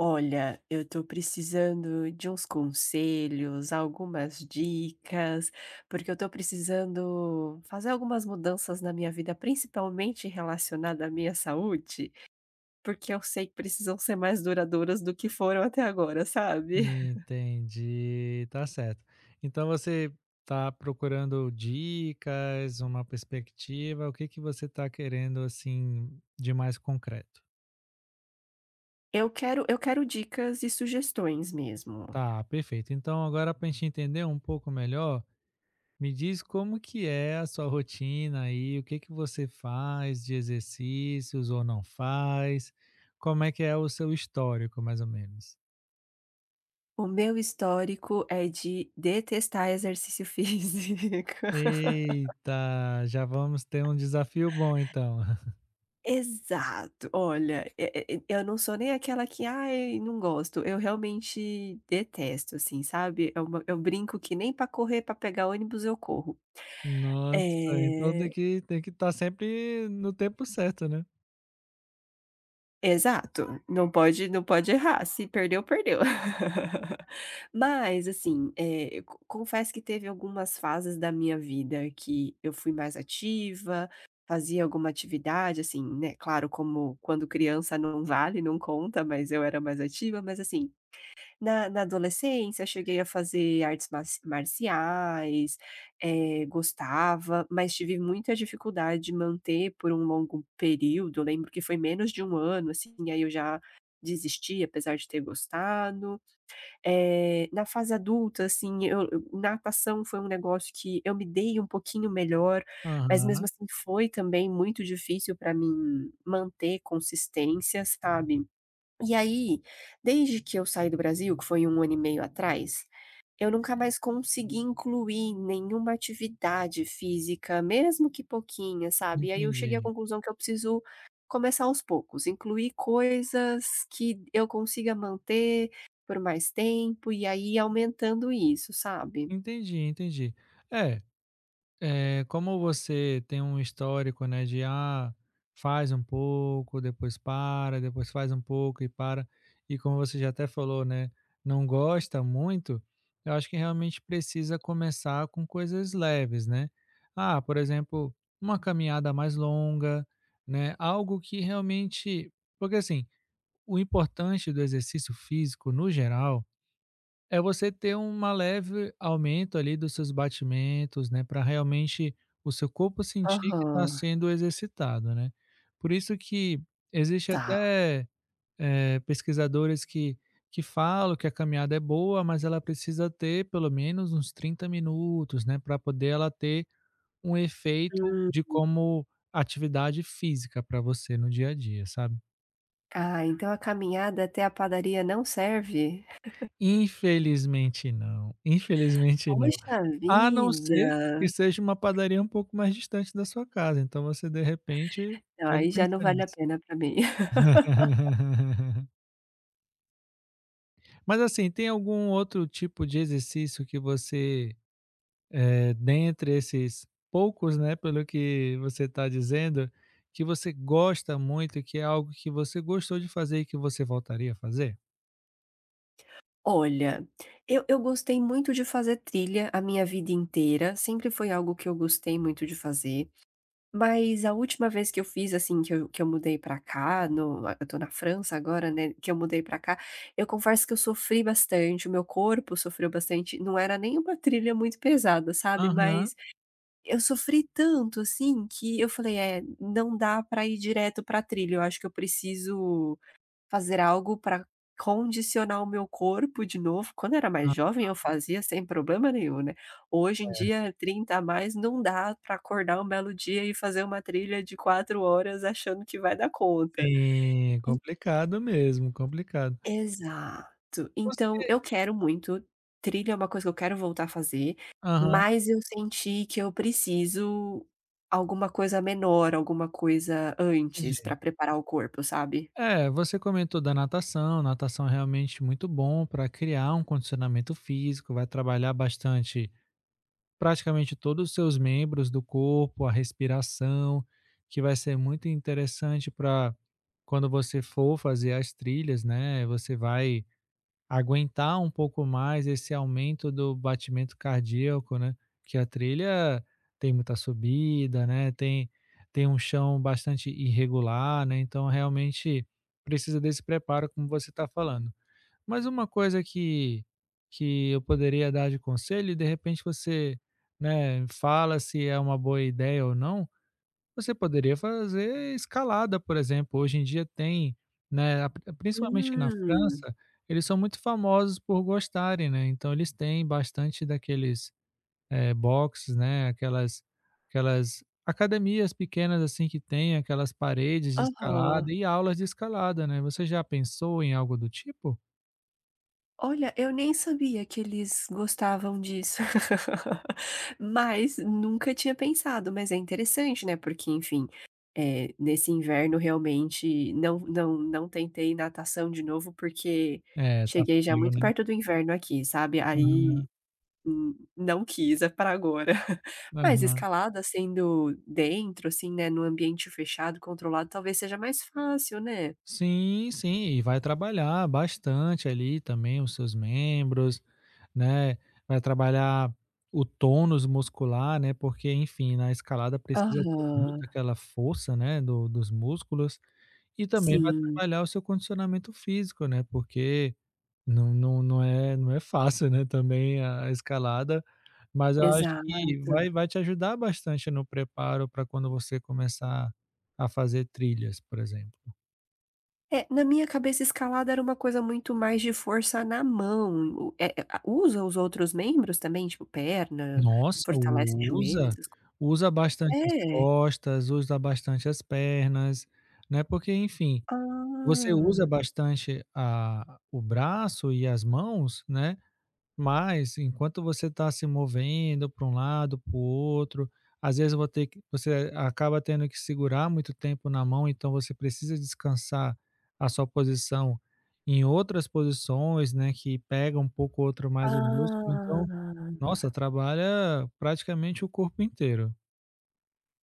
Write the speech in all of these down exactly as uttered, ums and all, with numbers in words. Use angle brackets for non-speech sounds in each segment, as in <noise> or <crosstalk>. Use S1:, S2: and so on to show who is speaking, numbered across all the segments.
S1: Olha, eu tô precisando de uns conselhos, algumas dicas, porque eu tô precisando fazer algumas mudanças na minha vida, principalmente relacionada à minha saúde, porque eu sei que precisam ser mais duradouras do que foram até agora, sabe? <laughs>
S2: Entendi, tá certo. Então você tá procurando dicas, uma perspectiva, o que que você tá querendo assim de mais concreto?
S1: Eu quero, eu quero dicas e sugestões mesmo.
S2: Tá, perfeito. Então agora para a gente entender um pouco melhor, me diz como que é a sua rotina aí, o que que você faz de exercícios ou não faz, como é que é o seu histórico, mais ou menos.
S1: O meu histórico é de detestar exercício <laughs> físico.
S2: Eita, já vamos ter um desafio bom então.
S1: Exato. Olha, e e eu não sou nem aquela que: "Ai, não gosto". Eu realmente detesto, assim, sabe. É eu brinco que nem pra correr pra pegar ônibus eu corro.
S2: Nossa, então
S1: É,
S2: tem que tem que estar sempre no tempo certo, né?
S1: exato. Não pode não pode errar. Se perdeu, perdeu. <laughs> Mas, assim, eh, co confesso que teve algumas fases da minha vida que eu fui mais ativa, fazia alguma atividade, assim, né, claro, como quando criança não vale, não conta, mas eu era mais ativa, mas assim Na na adolescência, eu cheguei a fazer artes marci marciais, eh, gostava, mas tive muita dificuldade de manter por um longo período. Eu lembro que foi menos de um ano, assim, aí eu já desisti, apesar de ter gostado. Eh, na fase adulta, assim, eu eu natação foi um negócio que eu me dei um pouquinho melhor, mas mesmo
S2: Aham,
S1: assim foi também muito difícil para mim manter consistência, sabe? E aí, desde que eu saí do Brasil, que foi um ano e meio atrás, eu nunca mais consegui incluir nenhuma atividade física, mesmo que pouquinha, sabe. E aí eu cheguei à
S2: entendi.
S1: conclusão que eu preciso começar aos poucos, incluir coisas que eu consiga manter por mais tempo e aí aumentando isso, sabe.
S2: Entendi, entendi. É, eh, como você tem um histórico, né, de, ah, faz um pouco, depois para, depois faz um pouco e para, e como você já até falou, né, não gosta muito, eu acho que realmente precisa começar com coisas leves, né? Ah, por exemplo, uma caminhada mais longa, né? Algo que realmente porque assim o importante do exercício físico, no geral, é você ter um leve aumento ali dos seus batimentos, né, para realmente o seu corpo sentir que
S1: Aham,
S2: está sendo exercitado, né. Por isso que existe
S1: tá.
S2: até, eh, pesquisadores que que falam que a caminhada é boa, mas ela precisa ter pelo menos uns trinta minutos, né, para poder ela ter um efeito
S1: Hum.
S2: de como atividade física para você no dia a dia, sabe.
S1: Ah, então a caminhada até a padaria não serve?
S2: Infelizmente não, infelizmente não.
S1: Poxa
S2: A não
S1: vida!
S2: ser que seja uma padaria um pouco mais distante da sua casa, então você de repente
S1: Não,
S2: pode
S1: aí já não
S2: pensar
S1: vale a
S2: nisso.
S1: pena pra mim.
S2: <laughs> Mas assim, tem algum outro tipo de exercício que você, eh, dentre esses poucos, né, pelo que você está dizendo, que você gosta muito, que é algo que você gostou de fazer e que você voltaria a fazer?
S1: Olha, eu eu gostei muito de fazer trilha a minha vida inteira, sempre foi algo que eu gostei muito de fazer, mas a última vez que eu fiz, assim, que eu que eu mudei pra cá, no eu tô na França agora, né, que eu mudei pra cá, eu confesso que eu sofri bastante, o meu corpo sofreu bastante, não era nem uma trilha muito pesada, sabe,
S2: Aham.
S1: mas eu sofri tanto, assim, que eu falei: "É, não dá pra ir direto pra trilha, eu acho que eu preciso fazer algo para condicionar o meu corpo de novo. Quando eu era mais
S2: Ah,
S1: jovem, eu fazia sem problema nenhum, né. Hoje em dia, trinta a mais, não dá para acordar um belo dia e fazer uma trilha de quatro horas achando que vai dar conta.
S2: sim,
S1: En
S2: complicado mesmo, complicado.
S1: Exato. Então
S2: Você
S1: eu quero muito, trilha é uma coisa que eu quero voltar a fazer,
S2: Aham.
S1: mas eu senti que eu preciso alguma coisa menor, alguma coisa antes
S2: Entendi.
S1: para preparar o corpo, sabe?
S2: É, você comentou da natação, natação é realmente muito bom para criar um condicionamento físico, vai trabalhar bastante praticamente todos os seus membros do corpo, a respiração, que vai ser muito interessante para quando você for fazer as trilhas, né? Você vai aguentar um pouco mais esse aumento do batimento cardíaco, né, que a trilha tem muita subida, né, tem tem um chão bastante irregular, né, então realmente precisa desse preparo como você está falando. Mas uma coisa que que eu poderia dar de conselho e de repente você, né, fala se é uma boa ideia ou não, você poderia fazer escalada, por exemplo. Hoje em dia tem, né, a principalmente na
S1: Hum.
S2: França, eles são muito famosos por gostarem, né, então eles têm bastante daqueles, eh, boxes, né, aquelas aquelas academias pequenas, assim, que têm aquelas paredes de
S1: Aham.
S2: escalada e aulas de escalada, né. Você já pensou em algo do tipo?
S1: Olha, eu nem sabia que eles gostavam disso. <laughs> Mas nunca tinha pensado, mas é interessante, né, porque enfim, eh, nesse inverno realmente não não não tentei natação de novo, porque
S2: É, tá
S1: cheguei já
S2: frio,
S1: muito
S2: né.
S1: perto do inverno aqui, sabe, aí,
S2: Aham,
S1: hum, não quis, é para agora. <laughs> Mas
S2: aham.
S1: escalada sendo dentro, assim, né, num ambiente fechado, controlado, talvez seja mais fácil, né?
S2: Sim, sim, e vai trabalhar bastante ali também os seus membros, né? Vai trabalhar o tônus muscular, né? Porque, enfim, na escalada precisa ter muito
S1: Aham.
S2: aquela força, né? Do, dos músculos e também vai
S1: Sim,
S2: trabalhar o seu condicionamento físico, né? Porque não, não, não é não é fácil, né? Também a a escalada, mas eu acho que
S1: exato.
S2: vai, vai, te ajudar bastante no preparo para quando você começar a fazer trilhas, por exemplo.
S1: É, na minha cabeça escalada era uma coisa muito mais de força na mão, o eh eh, a usa os outros membros também, tipo perna,
S2: Nossa,
S1: fortalece joelho,
S2: usa.
S1: essas coisas.
S2: Usa bastante as
S1: É.
S2: costas, usa bastante as pernas, né, porque, enfim, você usa
S1: Ah,
S2: bastante a o braço e as mãos, né, mas enquanto você está se movendo para um lado, para o outro, às vezes vou ter que você acaba tendo que segurar muito tempo na mão, então você precisa descansar a sua posição em outras posições, né, que pega um pouco outro mais o músculo, então
S1: ah.
S2: nossa, trabalha praticamente o corpo inteiro.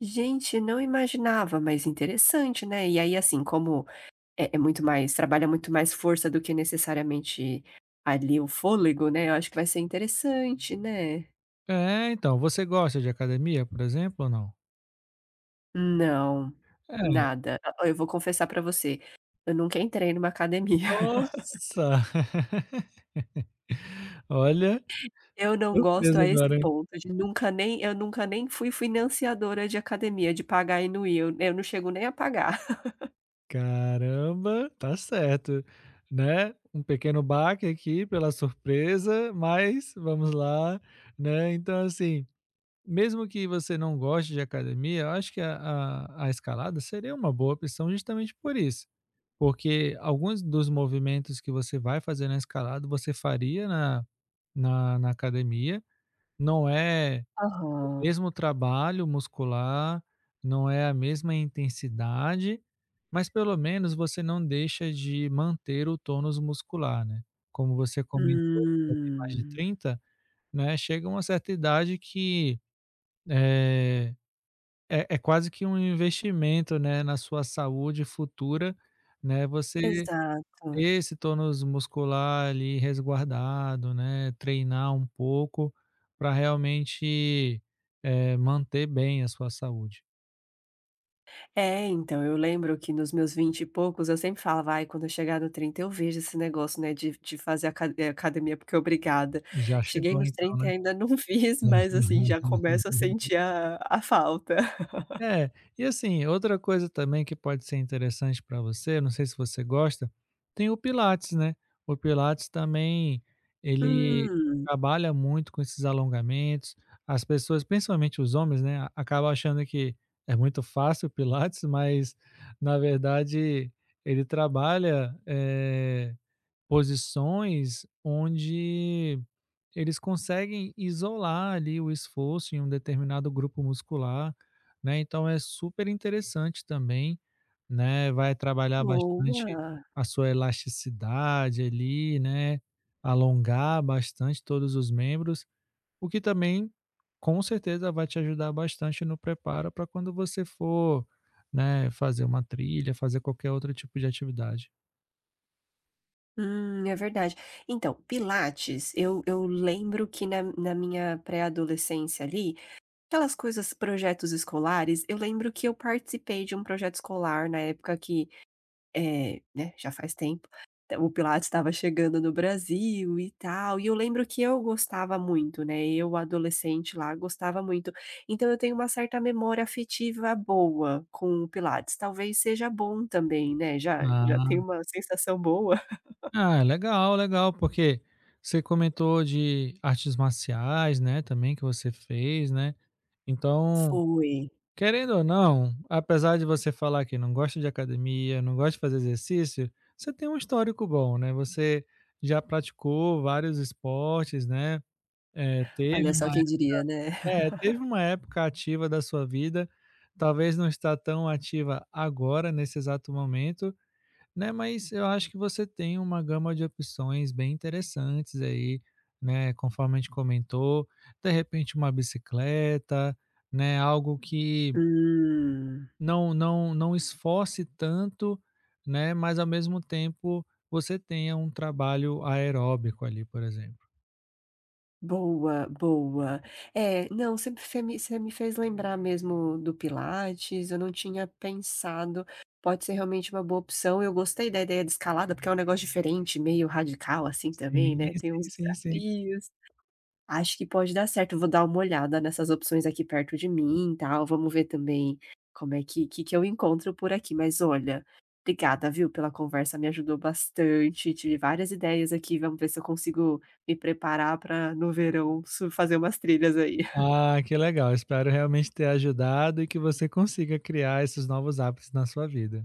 S1: Gente, não imaginava, mas interessante, né. E aí, assim, como é é muito mais trabalha muito mais força do que necessariamente ali o fôlego, né, eu acho que vai ser interessante, né.
S2: É, então, você gosta de academia, por exemplo, ou não?
S1: Não,
S2: É.
S1: nada. Ó, eu vou confessar pra você, eu nunca entrei numa academia.
S2: Nossa! <laughs> Olha,
S1: Eu não gosto
S2: surpresa
S1: a esse
S2: agora, hein.
S1: ponto de nunca nem eu nunca nem fui financiadora de academia, de pagar e não ir, eu eu não chego nem a pagar.
S2: Caramba, tá certo, né, um pequeno baque aqui pela surpresa, mas vamos lá, né. Então, assim, mesmo que você não goste de academia, eu acho que a a a escalada seria uma boa opção justamente por isso. Porque alguns dos movimentos que você vai fazer na escalada, você faria na na na academia, não é o
S1: Aham.
S2: mesmo trabalho muscular, não é a mesma intensidade, mas pelo menos você não deixa de manter o tônus muscular, né. Como você comentou, já tem mais de
S1: Hum,
S2: trinta, né, chega uma certa idade que, eh, é é quase que um investimento, né, na sua saúde futura, né, você
S1: exato.
S2: ter esse tônus muscular ali resguardado, né, treinar um pouco para realmente, eh, manter bem a sua saúde.
S1: É, então, eu lembro que nos meus vinte e poucos eu sempre falava: "Ai, quando eu chegar no trinta eu vejo esse negócio, né, de de fazer aca eh, academia porque é obrigada".
S2: Já
S1: Cheguei
S2: chegou
S1: nos
S2: então,
S1: trinta e
S2: né?
S1: ainda não <laughs> fiz, mas, assim, já começo a
S2: <laughs>
S1: sentir a a falta.
S2: É, e assim, outra coisa também que pode ser interessante para você, não sei se você gosta, tem o pilates, né? O pilates também, ele
S1: Hum,
S2: trabalha muito com esses alongamentos. As pessoas, principalmente os homens, né, a- acabam achando que é muito fácil o pilates, mas na verdade ele trabalha eh, posições onde eles conseguem isolar ali o esforço em um determinado grupo muscular, né? Então é super interessante também, né? Vai trabalhar bastante
S1: boa.
S2: a sua elasticidade ali, né? Alongar bastante todos os membros, o que também com certeza vai te ajudar bastante no preparo para quando você for, né, fazer uma trilha, fazer qualquer outro tipo de atividade.
S1: Hum, é verdade. Então, pilates, eu eu lembro que na na minha pré-adolescência ali, aquelas coisas projetos escolares, eu lembro que eu participei de um projeto escolar na época que, é, né, já faz tempo, o pilates estava chegando no Brasil e tal, e eu lembro que eu gostava muito, né, eu adolescente lá gostava muito. Então eu tenho uma certa memória afetiva boa com o pilates, talvez seja bom também, né, já já tem
S2: Ah.
S1: uma sensação boa.
S2: Ah, legal, legal, porque você comentou de artes marciais, né, também que você fez, né. Então,
S1: Foi.
S2: querendo ou não, apesar de você falar que não gosta de academia, não gosta de fazer exercício, você tem um histórico bom, né. Você já praticou vários esportes, né, eh,
S1: Olha
S2: teve
S1: só
S2: uma
S1: quem diria, né.
S2: é, teve uma época ativa da sua vida, talvez não está tão ativa agora, nesse exato momento, né, mas eu acho que você tem uma gama de opções bem interessantes aí, né, conforme a gente comentou, de repente uma bicicleta, né, algo que
S1: Hum,
S2: não não não esforce tanto, né, mas ao mesmo tempo você tenha um trabalho aeróbico ali, por exemplo.
S1: boa, boa. É, não, sempre você me você me fez lembrar mesmo do pilates, eu não tinha pensado, pode ser realmente uma boa opção, eu gostei da ideia de escalada, porque é um negócio diferente, meio radical, assim, também,
S2: Sim,
S1: né, tem uns
S2: sim, sim, sim.
S1: desafios. Acho que pode dar certo, vou dar uma olhada nessas opções aqui perto de mim e tal, vamos ver também como é que que que eu encontro por aqui. Mas olha, obrigada, viu, pela conversa, me ajudou bastante, tive várias ideias aqui, vamos ver se eu consigo me preparar para no verão su fazer umas trilhas aí.
S2: Ah, que legal, espero realmente ter ajudado e que você consiga criar esses novos hábitos na sua vida.